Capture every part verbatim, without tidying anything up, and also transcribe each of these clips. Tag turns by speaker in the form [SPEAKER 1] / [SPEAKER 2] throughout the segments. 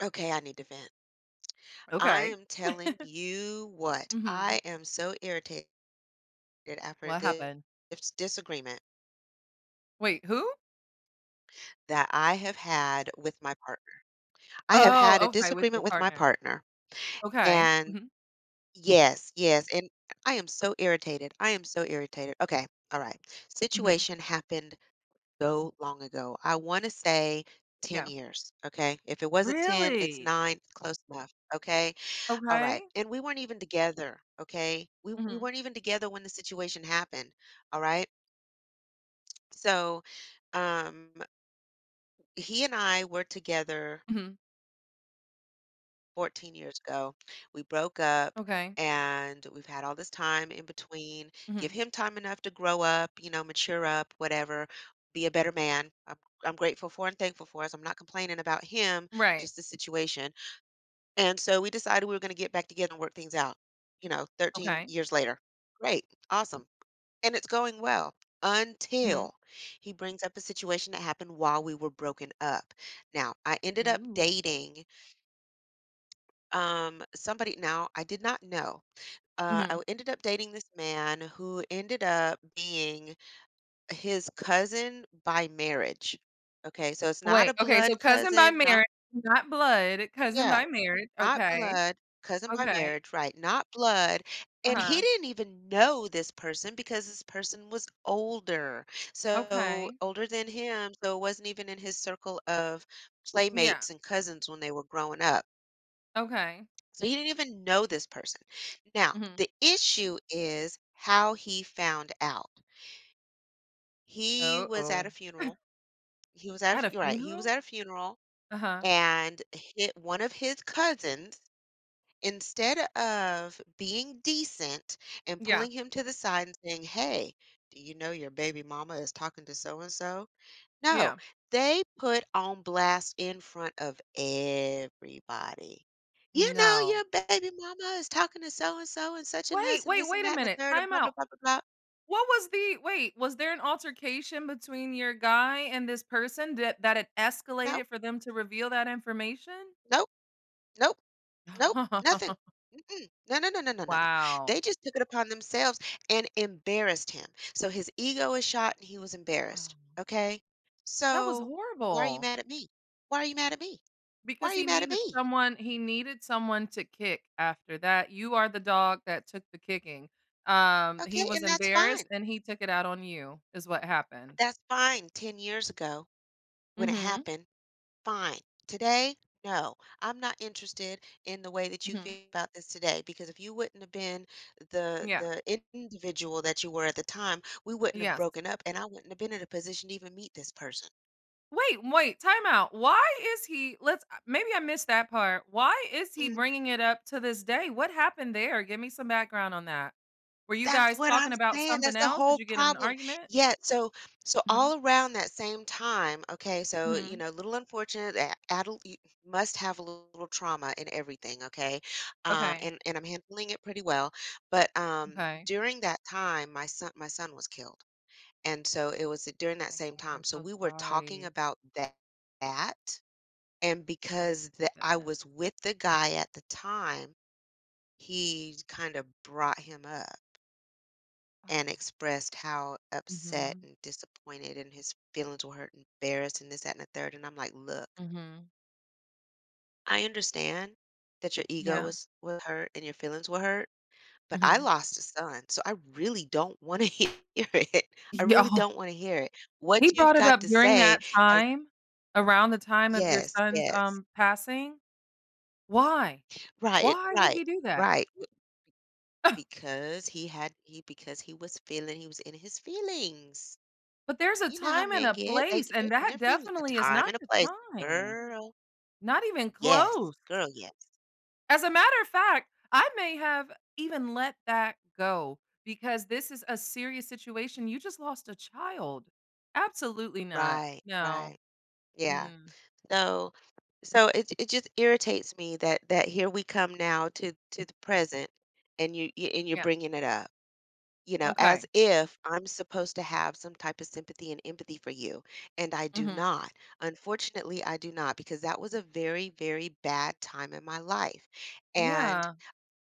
[SPEAKER 1] Okay, I need to vent. I
[SPEAKER 2] Okay.
[SPEAKER 1] am telling you what, I
[SPEAKER 2] Mhm.
[SPEAKER 1] am so irritated after
[SPEAKER 2] What
[SPEAKER 1] this
[SPEAKER 2] happened?
[SPEAKER 1] disagreement
[SPEAKER 2] Wait, who?
[SPEAKER 1] that I have had with my partner. I have had a
[SPEAKER 2] Oh, okay, with your
[SPEAKER 1] disagreement with my
[SPEAKER 2] partner.
[SPEAKER 1] partner.
[SPEAKER 2] Okay.
[SPEAKER 1] And
[SPEAKER 2] Mhm.
[SPEAKER 1] yes, yes. And I am so irritated. I am so irritated. Okay, all right.
[SPEAKER 2] Mhm.
[SPEAKER 1] Situation happened so long ago. I want to say ten
[SPEAKER 2] Yeah.
[SPEAKER 1] years. Okay. If it wasn't ten, it's
[SPEAKER 2] Really?
[SPEAKER 1] nine, close enough. Okay. All right.
[SPEAKER 2] Okay.
[SPEAKER 1] And we weren't even together, okay? We we
[SPEAKER 2] Mhm.
[SPEAKER 1] weren't even together when the situation happened. All right? So, um he and I were together
[SPEAKER 2] Mhm.
[SPEAKER 1] fourteen years ago. We broke up
[SPEAKER 2] Okay.
[SPEAKER 1] and we've had all this time in between. Give
[SPEAKER 2] Mhm.
[SPEAKER 1] him time enough to grow up, you know, mature up, whatever, be a better man. I'm I'm grateful for and thankful for us. I'm not complaining about him,
[SPEAKER 2] Right.
[SPEAKER 1] just the situation. And so we decided we were going to get back together and work things out, you know, thirteen
[SPEAKER 2] Okay.
[SPEAKER 1] years later. Great. Awesome. And it's going well
[SPEAKER 2] Mhm.
[SPEAKER 1] until he brings up a situation that happened while we were broken up. Now, I ended up
[SPEAKER 2] Ooh.
[SPEAKER 1] dating um somebody. Now I did not know. Uh, I
[SPEAKER 2] Mhm.
[SPEAKER 1] ended up dating this man who ended up being his cousin by marriage. Okay, so it's not
[SPEAKER 2] Wait,
[SPEAKER 1] a
[SPEAKER 2] okay, so
[SPEAKER 1] blood
[SPEAKER 2] cousin by
[SPEAKER 1] cousin, not
[SPEAKER 2] marriage, not blood, cousin
[SPEAKER 1] yeah.
[SPEAKER 2] by marriage.
[SPEAKER 1] Not
[SPEAKER 2] Okay.
[SPEAKER 1] blood, cousin by
[SPEAKER 2] Okay.
[SPEAKER 1] marriage, right, not blood, and he
[SPEAKER 2] Uh-huh.
[SPEAKER 1] didn't even know this person because this person was older, so
[SPEAKER 2] Okay.
[SPEAKER 1] older than him, so it wasn't even in his circle of
[SPEAKER 2] Yeah.
[SPEAKER 1] playmates and cousins when they were growing up,
[SPEAKER 2] Okay.
[SPEAKER 1] so he didn't even know this person. Now,
[SPEAKER 2] Mhm.
[SPEAKER 1] the issue is how he found out. He was at
[SPEAKER 2] Uh-oh.
[SPEAKER 1] a funeral. He was at a
[SPEAKER 2] At a
[SPEAKER 1] fu Right, he was
[SPEAKER 2] funeral?
[SPEAKER 1] at a funeral,
[SPEAKER 2] Uh-huh.
[SPEAKER 1] and hit one of his cousins. Instead of being decent and
[SPEAKER 2] Yeah.
[SPEAKER 1] pulling him to the side and saying, "Hey, do you know your baby mama is talking to so and so?" No,
[SPEAKER 2] Yeah.
[SPEAKER 1] they put on blast in front of everybody. You know,
[SPEAKER 2] No.
[SPEAKER 1] your baby mama is talking to so and so and such and us
[SPEAKER 2] Wait,
[SPEAKER 1] and
[SPEAKER 2] wait,
[SPEAKER 1] this and
[SPEAKER 2] wait a
[SPEAKER 1] that and the
[SPEAKER 2] minute.
[SPEAKER 1] third and
[SPEAKER 2] Time
[SPEAKER 1] blah, blah,
[SPEAKER 2] out.
[SPEAKER 1] blah, blah, blah.
[SPEAKER 2] What was the Wait, was there an altercation between your guy and this person that that it
[SPEAKER 1] Nope,
[SPEAKER 2] escalated for them to reveal that information?
[SPEAKER 1] nope, nope. Nope, nothing. Mm-mm. No, no, no, no, no, no, no. They
[SPEAKER 2] Wow.
[SPEAKER 1] just took it upon themselves and embarrassed him. So his ego is shot and he was embarrassed.
[SPEAKER 2] Oh,
[SPEAKER 1] Okay.
[SPEAKER 2] that was
[SPEAKER 1] So why are you
[SPEAKER 2] horrible
[SPEAKER 1] mad at me? Why are you mad at me? Why are
[SPEAKER 2] because
[SPEAKER 1] you
[SPEAKER 2] he
[SPEAKER 1] mad at
[SPEAKER 2] needed
[SPEAKER 1] me?
[SPEAKER 2] someone he needed someone to kick after that. You are the dog that took the kicking. Um, he
[SPEAKER 1] Okay.
[SPEAKER 2] was
[SPEAKER 1] And that's fine.
[SPEAKER 2] embarrassed and he took it out on you is what happened.
[SPEAKER 1] That's fine. ten years ago when it
[SPEAKER 2] Mhm.
[SPEAKER 1] happened. Fine. Today, no. I'm not interested in the way that you
[SPEAKER 2] Mhm.
[SPEAKER 1] feel about this today because if you wouldn't have been the
[SPEAKER 2] Yeah.
[SPEAKER 1] the individual that you were at the time, we wouldn't have
[SPEAKER 2] Yeah.
[SPEAKER 1] broken up and I wouldn't have been in a position to even meet this person.
[SPEAKER 2] Wait, wait, time out. Why is he Let's, uh, maybe I missed that part. Why is he bringing it up to this day? What happened there? Give me some background on that. Were you
[SPEAKER 1] That's
[SPEAKER 2] guys
[SPEAKER 1] what
[SPEAKER 2] talking
[SPEAKER 1] I'm
[SPEAKER 2] about
[SPEAKER 1] saying,
[SPEAKER 2] something
[SPEAKER 1] that's the
[SPEAKER 2] else? Did
[SPEAKER 1] whole
[SPEAKER 2] you get in an
[SPEAKER 1] problem.
[SPEAKER 2] argument?
[SPEAKER 1] Yet so so
[SPEAKER 2] Mhm,
[SPEAKER 1] all around that same time, okay, so, you
[SPEAKER 2] mhm.
[SPEAKER 1] know, little unfortunate, a adul you must have a little trauma in everything, okay? Um,
[SPEAKER 2] Okay,
[SPEAKER 1] and and I'm handling it pretty well, but, um,
[SPEAKER 2] okay.
[SPEAKER 1] during that time, my son my son was killed, and so it was during
[SPEAKER 2] Oh
[SPEAKER 1] that
[SPEAKER 2] my
[SPEAKER 1] same
[SPEAKER 2] God,
[SPEAKER 1] time,
[SPEAKER 2] I'm
[SPEAKER 1] so
[SPEAKER 2] so
[SPEAKER 1] we were talking
[SPEAKER 2] sorry.
[SPEAKER 1] about tha that, and
[SPEAKER 2] Oh,
[SPEAKER 1] because the
[SPEAKER 2] my
[SPEAKER 1] I
[SPEAKER 2] goodness.
[SPEAKER 1] was with the guy at the time, he kind of brought him up and expressed how upset
[SPEAKER 2] Mhm,
[SPEAKER 1] and disappointed and his feelings were hurt, embarrassed, and this, that, and the third. And I'm like, look,
[SPEAKER 2] mhm.
[SPEAKER 1] I understand that your ego
[SPEAKER 2] Yeah,
[SPEAKER 1] was, was hurt and your feelings were hurt, but I
[SPEAKER 2] mhm.
[SPEAKER 1] lost a son. So I really don't want to hear it. I
[SPEAKER 2] Yeah,
[SPEAKER 1] really don't want to hear it. What
[SPEAKER 2] he
[SPEAKER 1] you've
[SPEAKER 2] brought it
[SPEAKER 1] got
[SPEAKER 2] up
[SPEAKER 1] to
[SPEAKER 2] during
[SPEAKER 1] say
[SPEAKER 2] that
[SPEAKER 1] has,
[SPEAKER 2] time, around the time of your
[SPEAKER 1] yes,
[SPEAKER 2] son's,
[SPEAKER 1] yes,
[SPEAKER 2] um, passing? Why?
[SPEAKER 1] right,
[SPEAKER 2] Why would
[SPEAKER 1] right,
[SPEAKER 2] he do that?
[SPEAKER 1] right. Because he had, he, because he was feeling, he was in his feelings.
[SPEAKER 2] But there's a
[SPEAKER 1] You know how
[SPEAKER 2] time and
[SPEAKER 1] men
[SPEAKER 2] a
[SPEAKER 1] get, they
[SPEAKER 2] place,
[SPEAKER 1] c
[SPEAKER 2] and
[SPEAKER 1] and
[SPEAKER 2] that
[SPEAKER 1] they're feeling a
[SPEAKER 2] definitely is
[SPEAKER 1] time
[SPEAKER 2] not
[SPEAKER 1] and a
[SPEAKER 2] the
[SPEAKER 1] place.
[SPEAKER 2] time.
[SPEAKER 1] Girl,
[SPEAKER 2] Not even
[SPEAKER 1] yes.
[SPEAKER 2] close.
[SPEAKER 1] Girl, yes.
[SPEAKER 2] As a matter of fact, I may have even let that go because this is a serious situation. You just lost a child. Absolutely not.
[SPEAKER 1] Right, right.
[SPEAKER 2] No.
[SPEAKER 1] Yeah.
[SPEAKER 2] Mm,
[SPEAKER 1] So so it it just irritates me that that here we come now to to the present, and you you and you're
[SPEAKER 2] yeah.
[SPEAKER 1] bringing it up, you know, as
[SPEAKER 2] Okay.
[SPEAKER 1] if I'm supposed to have some type of sympathy and empathy for you, and I do
[SPEAKER 2] Mhm.
[SPEAKER 1] not. Unfortunately, I do not because that was a very, very bad time in my life, and
[SPEAKER 2] Yeah.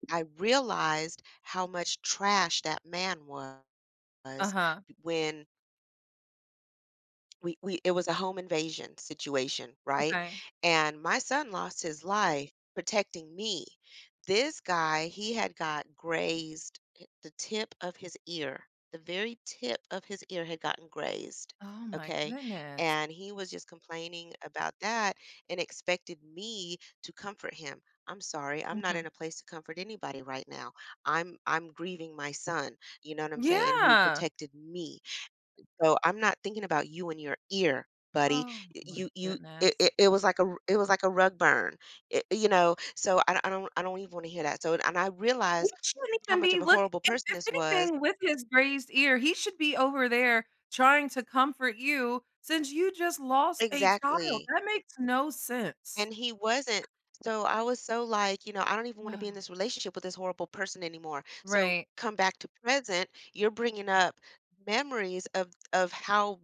[SPEAKER 1] I realized how much trash that man was
[SPEAKER 2] Uh-huh.
[SPEAKER 1] when we we it was a home invasion situation, right?
[SPEAKER 2] Okay.
[SPEAKER 1] And my son lost his life protecting me. This guy, he had got grazed h- the tip of his ear. The very tip of his ear had gotten grazed,
[SPEAKER 2] Oh my
[SPEAKER 1] okay?
[SPEAKER 2] goodness.
[SPEAKER 1] And he was just complaining about that and expected me to comfort him. I'm sorry, I'm not in
[SPEAKER 2] Mhm.
[SPEAKER 1] a place to comfort anybody right now. I'm I'm grieving my son, you know what I'm saying, who
[SPEAKER 2] Yeah.
[SPEAKER 1] protected me, so I'm not thinking about you and your ear, buddy.
[SPEAKER 2] Oh
[SPEAKER 1] Y-
[SPEAKER 2] my
[SPEAKER 1] You you it,
[SPEAKER 2] goodness.
[SPEAKER 1] it, it was like a r- it was like a rug burn. It- you know, so I, I don't I don't even want to hear that. So and I
[SPEAKER 2] He
[SPEAKER 1] realized
[SPEAKER 2] shouldn't
[SPEAKER 1] how
[SPEAKER 2] even
[SPEAKER 1] much
[SPEAKER 2] be
[SPEAKER 1] of a
[SPEAKER 2] look
[SPEAKER 1] horrible
[SPEAKER 2] if
[SPEAKER 1] person
[SPEAKER 2] if
[SPEAKER 1] this was.
[SPEAKER 2] anything, with his grazed ear, he should be over there trying to comfort you since you just lost a child.
[SPEAKER 1] Exactly.
[SPEAKER 2] That makes no sense.
[SPEAKER 1] And he wasn't. So I was so like, you know, I don't even want to
[SPEAKER 2] Yeah.
[SPEAKER 1] be in this relationship with this horrible person anymore. So
[SPEAKER 2] Right.
[SPEAKER 1] come back to present, you're bringing up memories of of how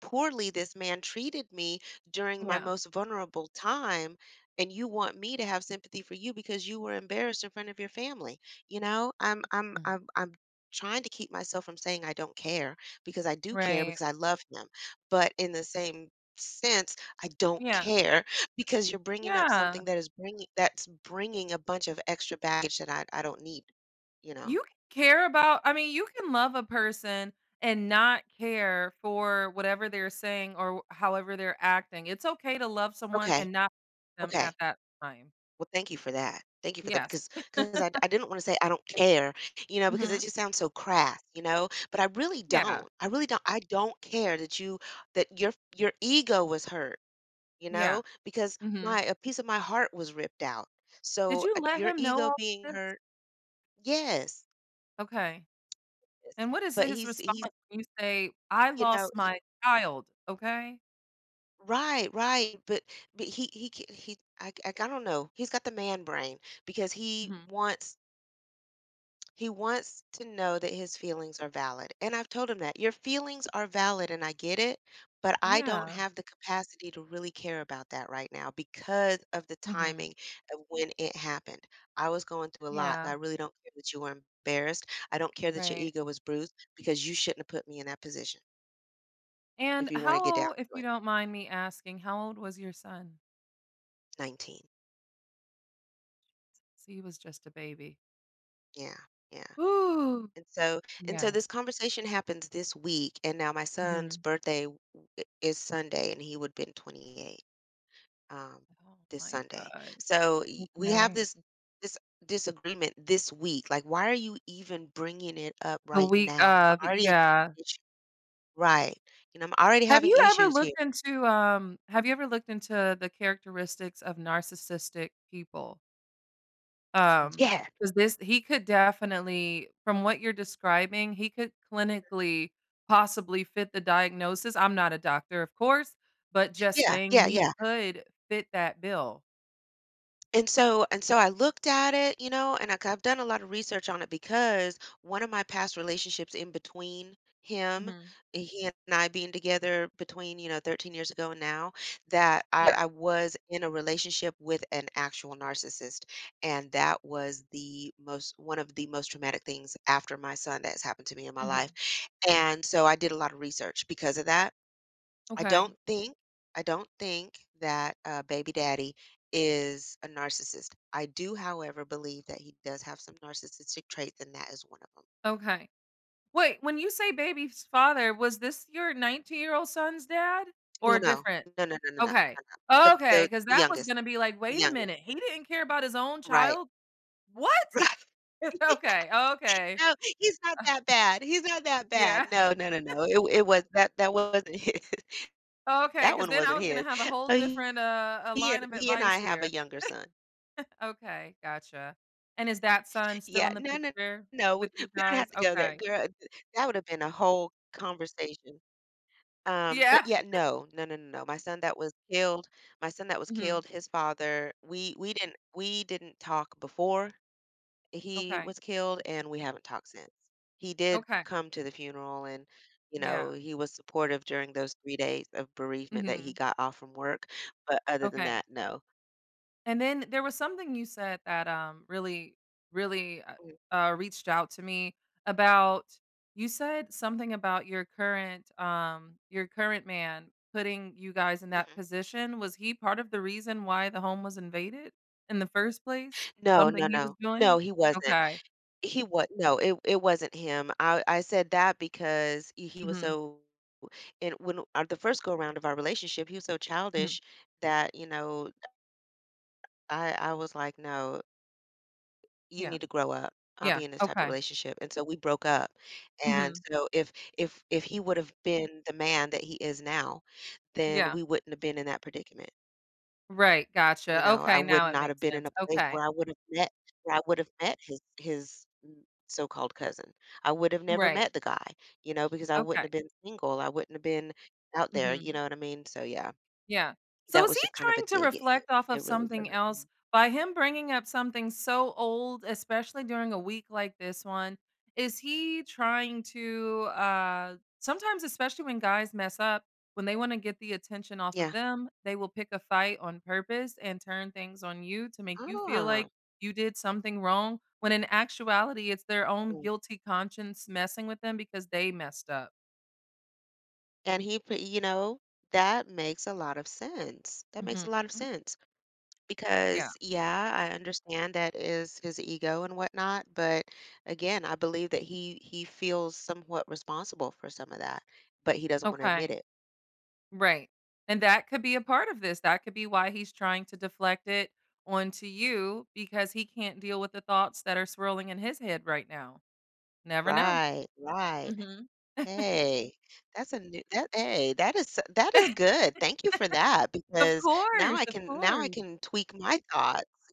[SPEAKER 1] poorly this man treated me during my
[SPEAKER 2] Yeah.
[SPEAKER 1] most vulnerable time, and you want me to have sympathy for you because you were embarrassed in front of your family. You know, I'm I'm
[SPEAKER 2] Mm.
[SPEAKER 1] I'm I'm trying to keep myself from saying I don't care because I do care
[SPEAKER 2] Right.
[SPEAKER 1] because I love him. But in the same sense, I don't
[SPEAKER 2] Yeah.
[SPEAKER 1] care because you're bringing up
[SPEAKER 2] Yeah.
[SPEAKER 1] something that is bringing that's bringing a bunch of extra baggage that I I don't need, you know?
[SPEAKER 2] You can care about I mean, you can love a person and not care for whatever they're saying or however they're acting. It's okay to love someone
[SPEAKER 1] Okay,
[SPEAKER 2] and not them
[SPEAKER 1] okay.
[SPEAKER 2] at that time.
[SPEAKER 1] Well, thank you for that. Thank you for that
[SPEAKER 2] Yes.
[SPEAKER 1] because because I, I didn't want to say I don't care, you know, because it
[SPEAKER 2] Mhm.
[SPEAKER 1] just sounds so crass, you know, but I really
[SPEAKER 2] Yeah.
[SPEAKER 1] don't. I really don't. I don't care that you that your your ego was hurt, you know,
[SPEAKER 2] Yeah.
[SPEAKER 1] because
[SPEAKER 2] Mhm.
[SPEAKER 1] my a piece of my heart was ripped out.
[SPEAKER 2] Did
[SPEAKER 1] So
[SPEAKER 2] you
[SPEAKER 1] uh,
[SPEAKER 2] let
[SPEAKER 1] your
[SPEAKER 2] him know
[SPEAKER 1] ego
[SPEAKER 2] all
[SPEAKER 1] being
[SPEAKER 2] this?
[SPEAKER 1] hurt, yes,
[SPEAKER 2] Okay.
[SPEAKER 1] yes.
[SPEAKER 2] And what is
[SPEAKER 1] but
[SPEAKER 2] his
[SPEAKER 1] he's he's
[SPEAKER 2] response when you say, "I
[SPEAKER 1] you know
[SPEAKER 2] lost my child," okay?
[SPEAKER 1] Right, right, but but he he ca he I I I don't know. He's got the man brain because he
[SPEAKER 2] Mhm.
[SPEAKER 1] wants he wants to know that his feelings are valid, and I've told him that, "Your feelings are valid, and I get it, but I don't
[SPEAKER 2] Yeah.
[SPEAKER 1] have the capacity to really care about that right now because of the timing
[SPEAKER 2] Mhm.
[SPEAKER 1] of when it happened. I was going through a lot. I
[SPEAKER 2] Yeah,
[SPEAKER 1] really don't care that you were embarrassed. I don't care that your
[SPEAKER 2] right.
[SPEAKER 1] ego was bruised because you shouldn't have put me in that position if
[SPEAKER 2] And
[SPEAKER 1] you wanna
[SPEAKER 2] how
[SPEAKER 1] get down
[SPEAKER 2] old if
[SPEAKER 1] to
[SPEAKER 2] you
[SPEAKER 1] it."
[SPEAKER 2] don't mind me asking, how old was your son?
[SPEAKER 1] nineteen.
[SPEAKER 2] So he was just a baby.
[SPEAKER 1] Yeah, yeah.
[SPEAKER 2] Ooh.
[SPEAKER 1] And so and so this
[SPEAKER 2] Yes.
[SPEAKER 1] conversation happens this week, and now my son's
[SPEAKER 2] Mhm.
[SPEAKER 1] birthday w- I- is Sunday, and he would have been twenty-eight um,
[SPEAKER 2] Oh
[SPEAKER 1] this
[SPEAKER 2] my
[SPEAKER 1] Sunday.
[SPEAKER 2] God.
[SPEAKER 1] So y- we have
[SPEAKER 2] Okay.
[SPEAKER 1] this this disagreement this week. Like, why are you even bringing it up
[SPEAKER 2] The
[SPEAKER 1] right
[SPEAKER 2] week
[SPEAKER 1] now? I'm
[SPEAKER 2] of,
[SPEAKER 1] already
[SPEAKER 2] yeah.
[SPEAKER 1] having issues. Right. You know, I'm already
[SPEAKER 2] Have
[SPEAKER 1] having
[SPEAKER 2] you ever
[SPEAKER 1] issues here.
[SPEAKER 2] looked into, um have you ever looked into the characteristics of narcissistic people? Um,
[SPEAKER 1] Yeah,
[SPEAKER 2] because this he could definitely from what you're describing, he could clinically possibly fit the diagnosis. I'm not a doctor, of course, but just
[SPEAKER 1] yeah,
[SPEAKER 2] saying
[SPEAKER 1] yeah,
[SPEAKER 2] he
[SPEAKER 1] yeah.
[SPEAKER 2] could fit that bill.
[SPEAKER 1] And so and so I looked at it, you know, and I 'cause I've done a lot of research on it because one of my past relationships in between him,
[SPEAKER 2] Mhm.
[SPEAKER 1] eh, he and I being together between, you know, thirteen years ago and now, that I,
[SPEAKER 2] Yeah.
[SPEAKER 1] I was in a relationship with an actual narcissist. And that was the most, one of the most traumatic things after my son that's happened to me in my life.
[SPEAKER 2] Mhm.
[SPEAKER 1] And so I did a lot of research because of that. I
[SPEAKER 2] Okay.
[SPEAKER 1] don't think I don't think that, uh, baby daddy is a narcissist. I do, however, believe that he does have some narcissistic traits, and that is one of 'em.
[SPEAKER 2] Okay. Wait, when you say baby's father, was this your nineteen-year-old son's dad or
[SPEAKER 1] No,
[SPEAKER 2] a
[SPEAKER 1] no.
[SPEAKER 2] different?
[SPEAKER 1] No, no, no, no, no,
[SPEAKER 2] Okay.
[SPEAKER 1] no, no. The
[SPEAKER 2] Okay,
[SPEAKER 1] the
[SPEAKER 2] because
[SPEAKER 1] the
[SPEAKER 2] that was
[SPEAKER 1] youngest,
[SPEAKER 2] gonna be like,
[SPEAKER 1] the
[SPEAKER 2] "Wait a
[SPEAKER 1] youngest.
[SPEAKER 2] minute, he didn't care about his own
[SPEAKER 1] Right.
[SPEAKER 2] child? What?"
[SPEAKER 1] Right.
[SPEAKER 2] Okay, okay.
[SPEAKER 1] No, he's not that bad. He's not that bad.
[SPEAKER 2] Yeah.
[SPEAKER 1] No, no, no, no. It it was that that wasn't his.
[SPEAKER 2] Okay,
[SPEAKER 1] That
[SPEAKER 2] because
[SPEAKER 1] one
[SPEAKER 2] then I
[SPEAKER 1] wasn't
[SPEAKER 2] was gonna
[SPEAKER 1] his.
[SPEAKER 2] have a whole
[SPEAKER 1] So he
[SPEAKER 2] different, uh, a
[SPEAKER 1] he
[SPEAKER 2] line
[SPEAKER 1] and
[SPEAKER 2] of
[SPEAKER 1] he and I
[SPEAKER 2] advice
[SPEAKER 1] have a
[SPEAKER 2] here.
[SPEAKER 1] younger son.
[SPEAKER 2] Okay, gotcha. And is that son still
[SPEAKER 1] Yeah,
[SPEAKER 2] in the
[SPEAKER 1] no, no,
[SPEAKER 2] picture
[SPEAKER 1] no, we
[SPEAKER 2] with you
[SPEAKER 1] we don't have
[SPEAKER 2] guys?
[SPEAKER 1] to go there,
[SPEAKER 2] Okay.
[SPEAKER 1] girl, th that would have been a whole conversation. Um, but
[SPEAKER 2] Yeah.
[SPEAKER 1] yeah, no, no, no, no, no, my son that was killed my son that was
[SPEAKER 2] Mhm.
[SPEAKER 1] killed, his father, we we didn't we didn't talk before he
[SPEAKER 2] Okay.
[SPEAKER 1] was killed, and we haven't talked since. He did
[SPEAKER 2] Okay.
[SPEAKER 1] come to the funeral, and, you know,
[SPEAKER 2] Yeah.
[SPEAKER 1] he was supportive during those three days of bereavement that he
[SPEAKER 2] Mhm.
[SPEAKER 1] got off from work, but other than
[SPEAKER 2] Okay.
[SPEAKER 1] that, no.
[SPEAKER 2] And then there was something you said that, um, really, really, uh,
[SPEAKER 1] Mhm,
[SPEAKER 2] uh, reached out to me about. You said something about your current, um, your current man putting you guys in that
[SPEAKER 1] mhm.
[SPEAKER 2] position. Was he part of the reason why the home was invaded in the first place?
[SPEAKER 1] No, no,
[SPEAKER 2] Something he was
[SPEAKER 1] no, no,
[SPEAKER 2] doing?
[SPEAKER 1] he wasn't.
[SPEAKER 2] Okay.
[SPEAKER 1] He was no, it it wasn't him. I I said that because he he was
[SPEAKER 2] Mhm,
[SPEAKER 1] so, and when our the first go around of our relationship, he was so
[SPEAKER 2] mhm,
[SPEAKER 1] childish that, you know, I I was like, "No, you
[SPEAKER 2] yeah,
[SPEAKER 1] need to grow up, uh,
[SPEAKER 2] yeah,
[SPEAKER 1] be in this type of
[SPEAKER 2] okay,
[SPEAKER 1] relationship," and so we broke up, and
[SPEAKER 2] mhm,
[SPEAKER 1] so if if if he would have been the man that he is now, then
[SPEAKER 2] yeah,
[SPEAKER 1] we wouldn't have been in that predicament.
[SPEAKER 2] right,
[SPEAKER 1] You
[SPEAKER 2] gotcha,
[SPEAKER 1] know, I
[SPEAKER 2] okay,
[SPEAKER 1] would
[SPEAKER 2] now it
[SPEAKER 1] not have
[SPEAKER 2] makes
[SPEAKER 1] been in
[SPEAKER 2] sense,
[SPEAKER 1] a place
[SPEAKER 2] okay,
[SPEAKER 1] where I would have met where I would have met his his m so-called cousin. I would have never
[SPEAKER 2] right,
[SPEAKER 1] met the guy, you know, because I wouldn't
[SPEAKER 2] okay,
[SPEAKER 1] have been single, I wouldn't have been out there, you
[SPEAKER 2] mhm.
[SPEAKER 1] know what I mean? So, yeah,
[SPEAKER 2] Yeah. So
[SPEAKER 1] that
[SPEAKER 2] is
[SPEAKER 1] was
[SPEAKER 2] he
[SPEAKER 1] just kind of a
[SPEAKER 2] trying to
[SPEAKER 1] dig at him.
[SPEAKER 2] reflect off of
[SPEAKER 1] It really
[SPEAKER 2] something
[SPEAKER 1] wasn't mm.
[SPEAKER 2] else by him bringing up something so old, especially during a week like this one? Is he trying to uh sometimes especially when guys mess up, when they want to get the attention off of
[SPEAKER 1] Yeah.
[SPEAKER 2] them, they will pick a fight on purpose and turn things on you to make you feel
[SPEAKER 1] Ah.
[SPEAKER 2] like you did something wrong when in actuality it's their own
[SPEAKER 1] Mm.
[SPEAKER 2] guilty conscience messing with them because they messed up.
[SPEAKER 1] And he p you know, that makes a lot of sense. That makes a
[SPEAKER 2] Mhm.
[SPEAKER 1] lot of sense.
[SPEAKER 2] Yeah.
[SPEAKER 1] Because, yeah, I understand that is his ego and whatnot, but again, I believe that he he feels somewhat responsible for some of that, but he doesn't want to admit
[SPEAKER 2] Okay.
[SPEAKER 1] it.
[SPEAKER 2] Right. And that could be a part of this. That could be why he's trying to deflect it onto you because he can't deal with the thoughts that are swirling in his head right now. Never know.
[SPEAKER 1] Right, right.
[SPEAKER 2] Mhm.
[SPEAKER 1] Hey, that's a new that hey, that is that is good. Thank you for that
[SPEAKER 2] Of
[SPEAKER 1] because now
[SPEAKER 2] course.
[SPEAKER 1] I
[SPEAKER 2] Of
[SPEAKER 1] can now I
[SPEAKER 2] course.
[SPEAKER 1] can tweak my thoughts.